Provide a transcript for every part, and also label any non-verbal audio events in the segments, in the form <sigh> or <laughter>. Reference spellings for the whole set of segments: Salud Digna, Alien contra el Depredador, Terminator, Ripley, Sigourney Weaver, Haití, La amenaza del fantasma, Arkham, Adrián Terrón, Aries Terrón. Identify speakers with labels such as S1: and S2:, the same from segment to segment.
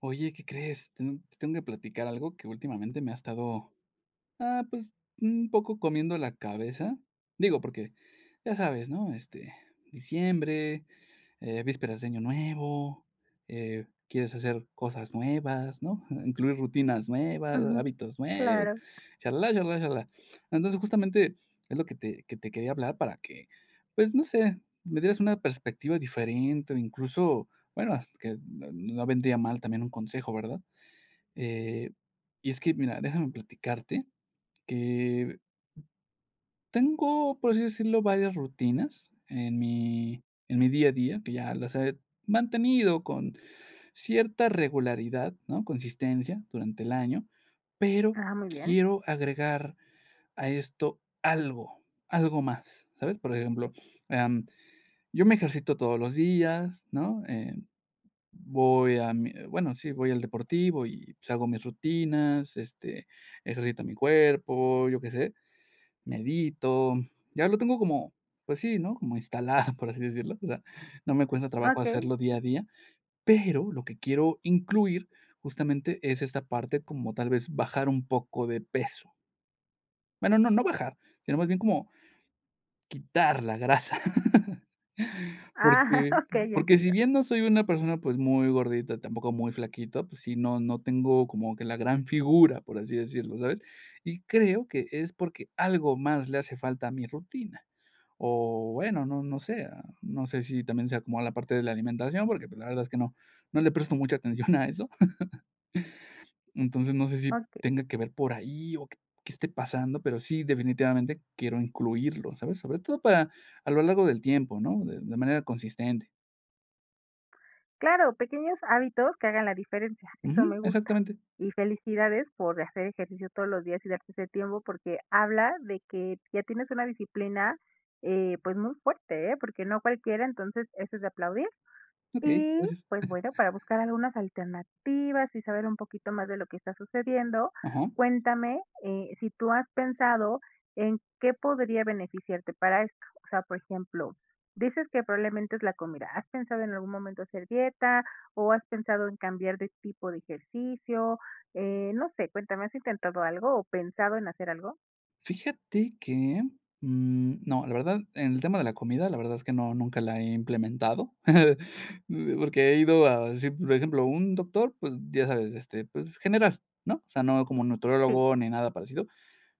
S1: Oye, ¿qué crees? Te tengo que platicar algo que últimamente me ha estado, ah, pues, un poco comiendo la cabeza. Digo, porque ya sabes, ¿no? Este, diciembre, vísperas de Año Nuevo, quieres hacer cosas nuevas, ¿no? <laughs> Incluir rutinas nuevas,
S2: Ujú,
S1: hábitos nuevos,
S2: claro.
S1: shalala, shalala, shalala. Entonces, justamente es lo que te quería hablar para que, pues, no sé, me dieras una perspectiva diferente o incluso, bueno, que no vendría mal también un consejo, ¿verdad? Eh, y es que, mira, déjame platicarte que tengo, por así decirlo, varias rutinas en mi día a día, que ya las he mantenido con cierta regularidad, ¿no? Consistencia durante el año, pero
S2: Ah, muy bien.
S1: quiero agregar a esto algo, algo más, ¿sabes? Por ejemplo, em, yo me ejercito todos los días, ¿no? Em, voy a mi bueno, sí, voy al deportivo y, pues, hago mis rutinas, ejercito mi cuerpo, yo qué sé. Medito, ya lo tengo como, pues sí, ¿no? Como instalado, <laughs> por así decirlo, o sea, no me cuesta trabajo
S2: Okey.
S1: hacerlo día a día, pero lo que quiero incluir justamente es esta parte como tal vez bajar un poco de peso. Bueno, no, no bajar, sino más bien como quitar la grasa. <laughs>
S2: Ah, <laughs>
S1: Porque
S2: ok, ya
S1: porque si
S2: entiendo.
S1: bien no soy una persona, pues, muy gordita, tampoco muy flaquita, pues sí, no tengo como que la gran figura, por así decirlo, ¿sabes? Y creo que es porque algo más le hace falta a mi rutina. O bueno, no sé, no sé si también sea como la parte de la alimentación, porque, pues, la verdad es que no le presto mucha atención a eso. <laughs> Entonces, no sé si
S2: Okey.
S1: tenga que ver por ahí o qué esté pasando, pero sí, definitivamente quiero incluirlo, ¿sabes? Sobre todo para a lo largo del tiempo, ¿no? De manera consistente.
S2: Claro, pequeños hábitos que hagan la diferencia, eso
S1: Ujú,
S2: me gusta.
S1: exactamente.
S2: Y felicidades por hacer ejercicio todos los días y darte ese tiempo, porque habla de que ya tienes una disciplina, pues, muy fuerte, ¿eh? Porque no cualquiera, entonces, eso es de aplaudir.
S1: Okey,
S2: Y,
S1: gracias.
S2: pues bueno, para buscar algunas alternativas y saber un poquito más de lo que está sucediendo,
S1: Ajá.
S2: cuéntame, si tú has pensado en qué podría beneficiarte para esto. O sea, por ejemplo, dices que probablemente es la comida. ¿Has pensado en algún momento hacer dieta o has pensado en cambiar de tipo de ejercicio? No sé, cuéntame, ¿has intentado algo o pensado en hacer algo?
S1: Fíjate que, no, la verdad, en el tema de la comida, la verdad es que no, nunca la he implementado, <laughs> porque he ido a sí, por ejemplo, un doctor, pues, ya sabes, pues, general, ¿no? O sea, no como
S2: Sí.
S1: nutriólogo ni nada parecido,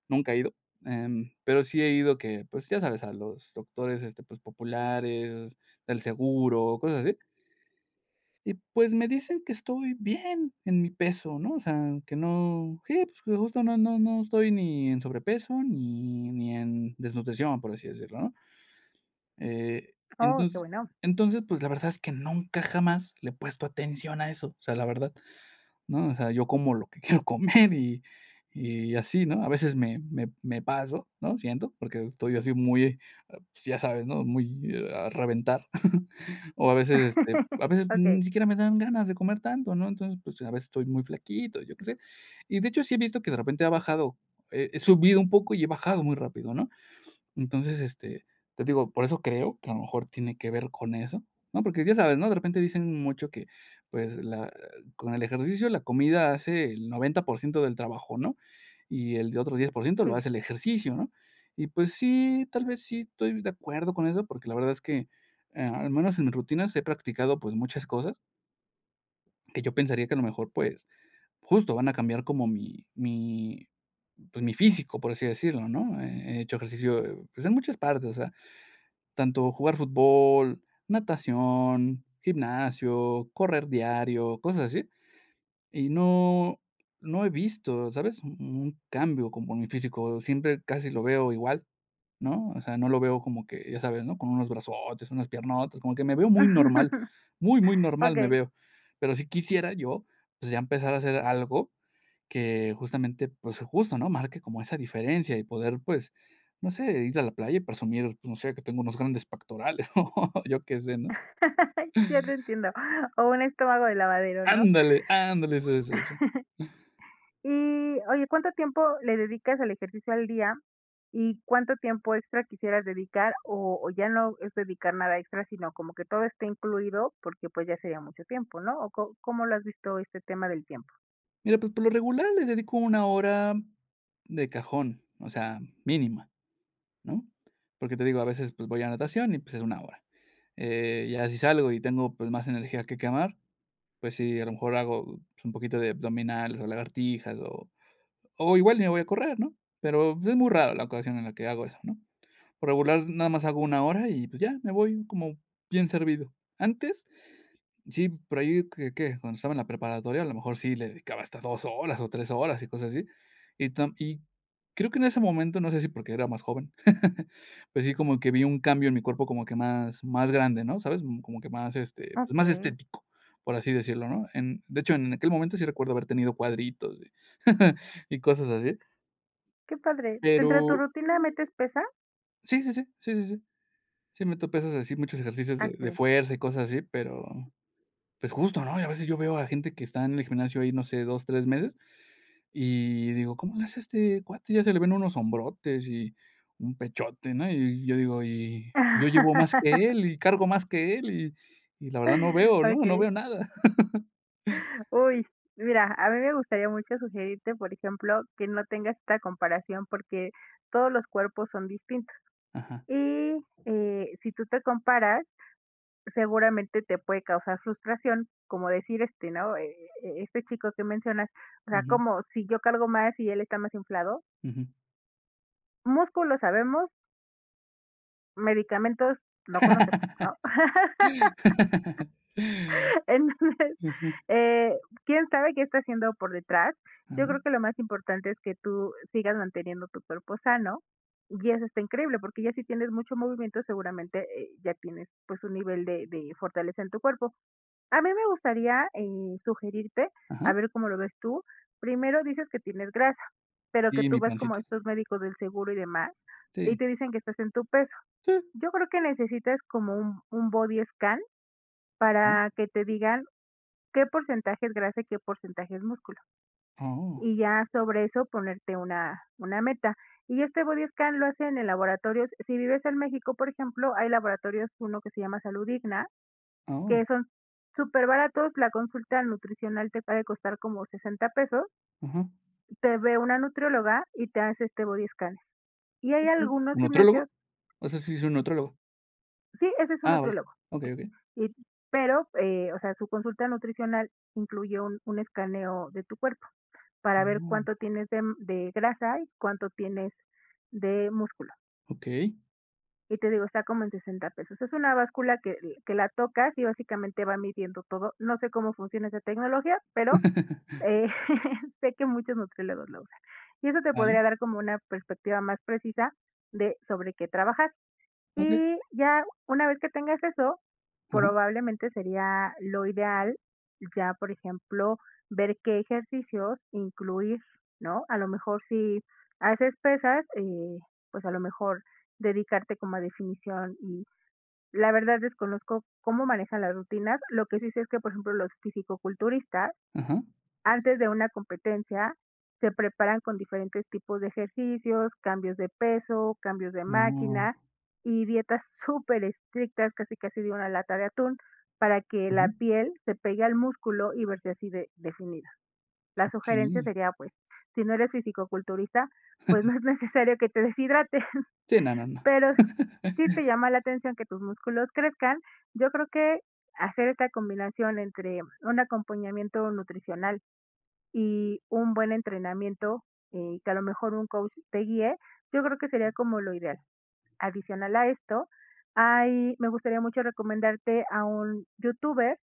S1: nunca he ido, pero sí he ido que, pues, ya sabes, a los doctores, pues, populares, del seguro, cosas así. Y, pues, me dicen que estoy bien en mi peso, ¿no? O sea, que no sí, pues, que justo no estoy ni en sobrepeso ni en desnutrición, por así decirlo, ¿no? Eh,
S2: Oh, qué
S1: entonces
S2: bueno.
S1: entonces, pues, la verdad es que nunca jamás le he puesto atención a eso, o sea, la verdad. ¿No? O sea, yo como lo que <laughs> quiero comer y así, ¿no? A veces me paso, ¿no? Siento, porque estoy así muy, pues, ya sabes, ¿no? Muy, a reventar. <laughs> O a veces, este,
S2: <laughs>
S1: a veces ni
S2: Okey,
S1: siquiera me dan ganas de comer tanto, ¿no? Entonces, pues, a veces estoy muy flaquito, yo qué sé. Y de hecho, sí he visto que de repente ha bajado, he subido un poco y he bajado muy rápido, ¿no? Entonces, te digo, por eso creo que a lo mejor tiene que ver con eso, ¿no? Porque ya sabes, ¿no? De repente dicen mucho que, pues, la con el ejercicio la comida hace el 90% del trabajo, ¿no? Y el de otro 10% lo
S2: sí.
S1: hace el ejercicio, ¿no? Y pues sí, tal vez sí estoy de acuerdo con eso, porque la verdad es que, al menos en mis rutinas he practicado, pues, muchas cosas que yo pensaría que a lo mejor, pues, justo van a cambiar como mi, pues, mi físico, por así decirlo, ¿no? He hecho ejercicio, pues, en muchas partes, o sea, tanto jugar fútbol, natación, gimnasio, correr diario, cosas así, y no he visto, ¿sabes? Un cambio como en mi físico, siempre casi lo veo igual, ¿no? O sea, no lo veo como que, ya sabes, ¿no? Con unos brazotes, unas piernotas, como que me veo muy normal,
S2: <laughs>
S1: muy, muy normal me
S2: Okey.
S1: veo. Pero si quisiera yo, pues, ya empezar a hacer algo que justamente, pues justo, ¿no? Marque como esa diferencia y poder, pues, no sé, ir a la playa y presumir, pues, no sé, que tengo unos grandes pectorales, <laughs> o yo qué sé, ¿no?
S2: Ay, ya te entiendo. O un estómago de lavadero, ¿no?
S1: Ándale, ándale, eso, eso, eso.
S2: Y oye, ¿cuánto tiempo le dedicas al ejercicio al día? ¿Y cuánto tiempo extra quisieras dedicar? O ya no es dedicar nada extra, sino como que todo esté incluido, porque pues ya sería mucho tiempo, ¿no? ¿O cómo lo has visto este tema del tiempo?
S1: Mira, pues, por lo regular le dedico 1 hora de cajón, o sea, mínima, ¿no? Porque te digo, a veces, pues, voy a natación y, pues, es 1 hora. Ya si salgo y tengo, pues, más energía que quemar, pues sí, a lo mejor hago, pues, un poquito de abdominales o lagartijas o igual me voy a correr, ¿no? Pero es muy raro la ocasión en la que hago eso, ¿no? Por regular nada más hago 1 hora y, pues, ya me voy como bien servido. Antes, sí, por ahí que, ¿qué? Cuando estaba en la preparatoria, a lo mejor sí le dedicaba hasta 2 horas o 3 horas y cosas así. Y creo que en ese momento, no sé si porque era más joven, <laughs> pues sí, como que vi un cambio en mi cuerpo como que más grande, ¿no? ¿Sabes? Como que más, pues, más
S2: Ok.
S1: estético, por así decirlo, ¿no? En de hecho, en aquel momento sí recuerdo haber tenido cuadritos y <laughs> y cosas así.
S2: Qué padre. ¿Dentro de tu
S1: Pero
S2: rutina metes pesa?
S1: sí, sí, sí, sí, sí, sí. Sí me topé esos así, muchos ejercicios
S2: Ah,
S1: de
S2: excelente.
S1: fuerza y cosas así, pero, pues, justo, ¿no? Y a veces yo veo a gente que está en el gimnasio ahí, no sé, 2 3 meses, y digo: "¿Cómo le hace este cuate? Ya se le ven unos hombrotes y un pechote", ¿no? Y yo digo: "Y yo llevo más que
S2: <laughs>
S1: él, y cargo más que él, y la verdad no veo, ¿no? No
S2: Ok.
S1: veo nada". <laughs>
S2: Uy, mira, a mí me gustaría mucho sugerirte, por ejemplo, que no tengas esta comparación porque todos los cuerpos son distintos.
S1: Ajá.
S2: Y si tú te comparas, seguramente te puede causar frustración, como decir este, ¿no? Este chico que mencionas, o sea,
S1: Ujú,
S2: como si yo cargo más y él está más inflado.
S1: ujú.
S2: Músculo sabemos, medicamentos no conocemos, ¿no?
S1: <laughs>
S2: <laughs> Entonces,
S1: Ujú.
S2: Eh, quién sabe qué está haciendo por detrás. Yo
S1: Ajá,
S2: creo que lo más importante es que tú sigas manteniendo tu cuerpo sano y eso está increíble, porque ya si tienes mucho movimiento, seguramente ya tienes pues un nivel de fortaleza en tu cuerpo. A mí me gustaría sugerirte,
S1: ajá.
S2: a ver cómo lo ves tú. Primero dices que tienes grasa, pero que
S1: Y
S2: tú
S1: mi
S2: vas como
S1: pancita.
S2: a estos médicos del seguro y demás, y
S1: Sí.
S2: te dicen que estás en tu peso.
S1: Sí.
S2: Yo creo que necesitas como un body scan
S1: Ajá.
S2: para que te digan qué porcentaje es grasa y qué porcentaje es músculo.
S1: Oh.
S2: Y ya sobre eso ponerte una meta. Y este body scan lo hacen en laboratorios. Si vives en México, por ejemplo, hay laboratorios, uno que se llama Salud Digna, que
S1: Oh,
S2: son súper baratos. La consulta nutricional te puede costar como 60 pesos.
S1: ajá.
S2: Te ve una nutrióloga y te hace este body scan. Y hay
S1: Ok.
S2: algunos
S1: ¿Un nutriólogo?
S2: gimnasios,
S1: O sea, sí es un nutriólogo.
S2: sí, ese es un
S1: Ah, vale.
S2: nutriólogo.
S1: Okey, okey.
S2: Y, pero, o sea, su consulta nutricional incluye un escaneo de tu cuerpo, para ver cuánto
S1: Oh,
S2: tienes de grasa y cuánto tienes de músculo.
S1: okey.
S2: Y te digo, está como en 60 pesos. Es una báscula que la tocas y básicamente va midiendo todo. No sé cómo funciona esa tecnología, pero
S1: <laughs>
S2: eh, <laughs> sé que muchos nutriólogos la usan. Y eso te
S1: Vale,
S2: podría dar como una perspectiva más precisa de sobre qué trabajar.
S1: okey.
S2: Y ya una vez que tengas eso,
S1: Ajá,
S2: probablemente sería lo ideal ya, por ejemplo, ver qué ejercicios incluir, ¿no? A lo mejor si haces pesas, pues a lo mejor dedicarte como a definición y la verdad desconozco cómo manejan las rutinas. Lo que sí sé es que, por ejemplo, los fisicoculturistas
S1: ajá.
S2: antes de una competencia, se preparan con diferentes tipos de ejercicios, cambios de peso, cambios de
S1: Oh,
S2: máquina y dietas <laughs> súper estrictas, casi casi de una lata de atún, para que la
S1: ujú.
S2: piel se pegue al músculo y verse así de definida. La sugerencia
S1: Okey.
S2: sería, pues, si no eres fisicoculturista, pues no es necesario que te deshidrates, <laughs>
S1: Sí, no, no, no.
S2: pero si te llama la atención que tus músculos crezcan, yo creo que hacer esta combinación entre un acompañamiento nutricional y un buen entrenamiento, y que a lo mejor un coach te guíe, yo creo que sería como lo ideal. Adicional a esto, hay me gustaría mucho recomendarte a un youtuber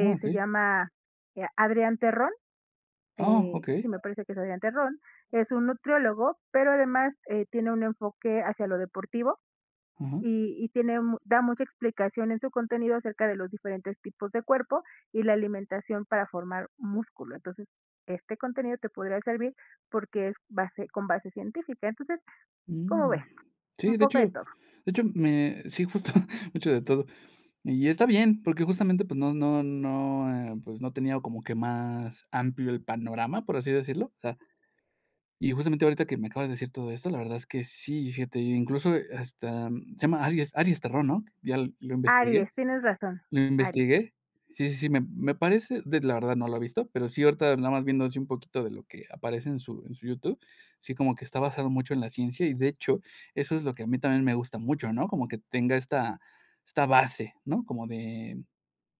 S1: Oh,
S2: se
S1: okey.
S2: llama, Adrián Terrón,
S1: Ah, okey.
S2: sí, me parece que es Adrián Terrón, es un nutriólogo, pero además, tiene un enfoque hacia lo deportivo.
S1: Ajá.
S2: Y tiene mu da mucha explicación en su contenido acerca de los diferentes tipos de cuerpo y la alimentación para formar músculo. Entonces, este contenido te podría servir porque es base con base científica. Entonces, ¿cómo
S1: Mm.
S2: ves?
S1: Sí,
S2: Un
S1: de
S2: poco de
S1: hecho
S2: todo.
S1: de hecho, me sí, justo, <laughs> mucho de todo. Y está bien, porque justamente, pues, pues, no tenía como que más amplio el panorama, por así decirlo. O sea, y justamente ahorita que me acabas de decir todo esto, la verdad es que sí, fíjate, incluso hasta se llama Aries Terrón, ¿no? Ya lo investigué,
S2: Aries, tienes razón,
S1: lo
S2: Aries.
S1: investigué. Sí, sí, sí, me parece, de la verdad no lo he visto, pero sí ahorita nada más viendo así un poquito de lo que aparece en su YouTube, sí como que está basado mucho en la ciencia y de hecho eso es lo que a mí también me gusta mucho, ¿no? Como que tenga esta base, ¿no? Como de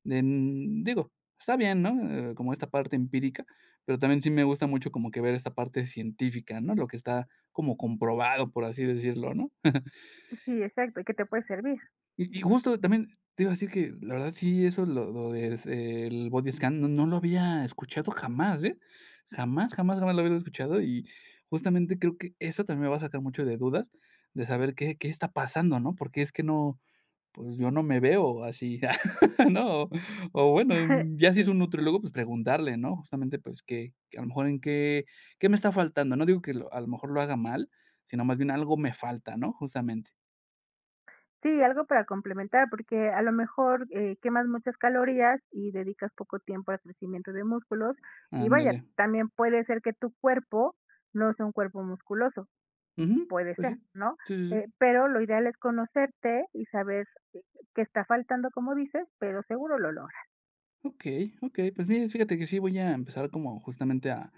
S1: en digo, está bien, ¿no? Como esta parte empírica, pero también sí me gusta mucho como que ver esta parte científica, ¿no? Lo que está como comprobado, por así decirlo, ¿no? <laughs>
S2: Sí, exacto, y que te puede servir.
S1: Y justo también te iba a decir que la verdad sí, eso lo de s el body scan no lo había escuchado jamás, ¿eh? Jamás, jamás, jamás lo había escuchado y justamente creo que eso también me va a sacar mucho de dudas de saber qué está pasando, ¿no? Porque es que no pues yo no me veo así, <laughs> ¿no? O bueno,
S2: <laughs>
S1: ya si es
S2: Sí.
S1: un nutriólogo, pues preguntarle, ¿no? Justamente, pues que a lo mejor en qué me está faltando. No digo que lo a lo mejor lo haga mal, sino más bien algo me falta, ¿no? Justamente.
S2: Sí, algo para complementar, porque a lo mejor, quemas muchas calorías y dedicas poco tiempo al crecimiento de músculos. Y vaya,
S1: Ándale.
S2: también puede ser que tu cuerpo no sea un cuerpo musculoso.
S1: Ujú.
S2: Puede
S1: Pues sí.
S2: ser, ¿no?
S1: Sí, sí, sí.
S2: Pero lo ideal es conocerte y saber qué qué está faltando, como dices, pero seguro lo logras.
S1: Okey, okey. Pues mira, fíjate que sí voy a empezar como justamente a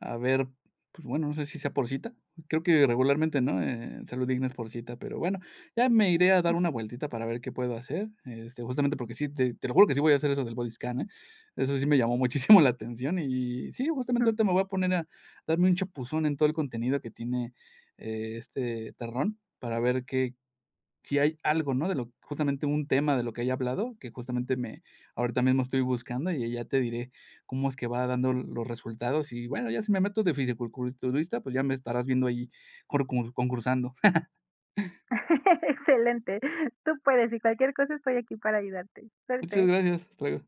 S1: A ver, pues bueno, no sé si sea por cita. Creo que regularmente, ¿no? Salud Digna es por cita, pero bueno, ya me iré a dar una
S2: <laughs>
S1: vueltita para ver qué puedo hacer. Justamente porque sí, te lo juro que sí voy a hacer eso del body scan, ¿eh? Eso sí me llamó muchísimo <laughs> la atención. Y sí, justamente ahorita me voy a poner a darme un chapuzón en todo el contenido que tiene este Terrón para ver qué, si hay algo, ¿no? De lo justamente un tema de lo que haya hablado, que justamente me ahorita mismo estoy buscando y ya te diré cómo es que va dando los resultados. Y bueno, ya si me meto de fisicoculturista, pues ya me estarás viendo ahí concursando. <laughs>
S2: Excelente. Tú puedes y cualquier cosa estoy aquí para ayudarte.
S1: Muchas
S2: Suerte.
S1: gracias. Hasta luego.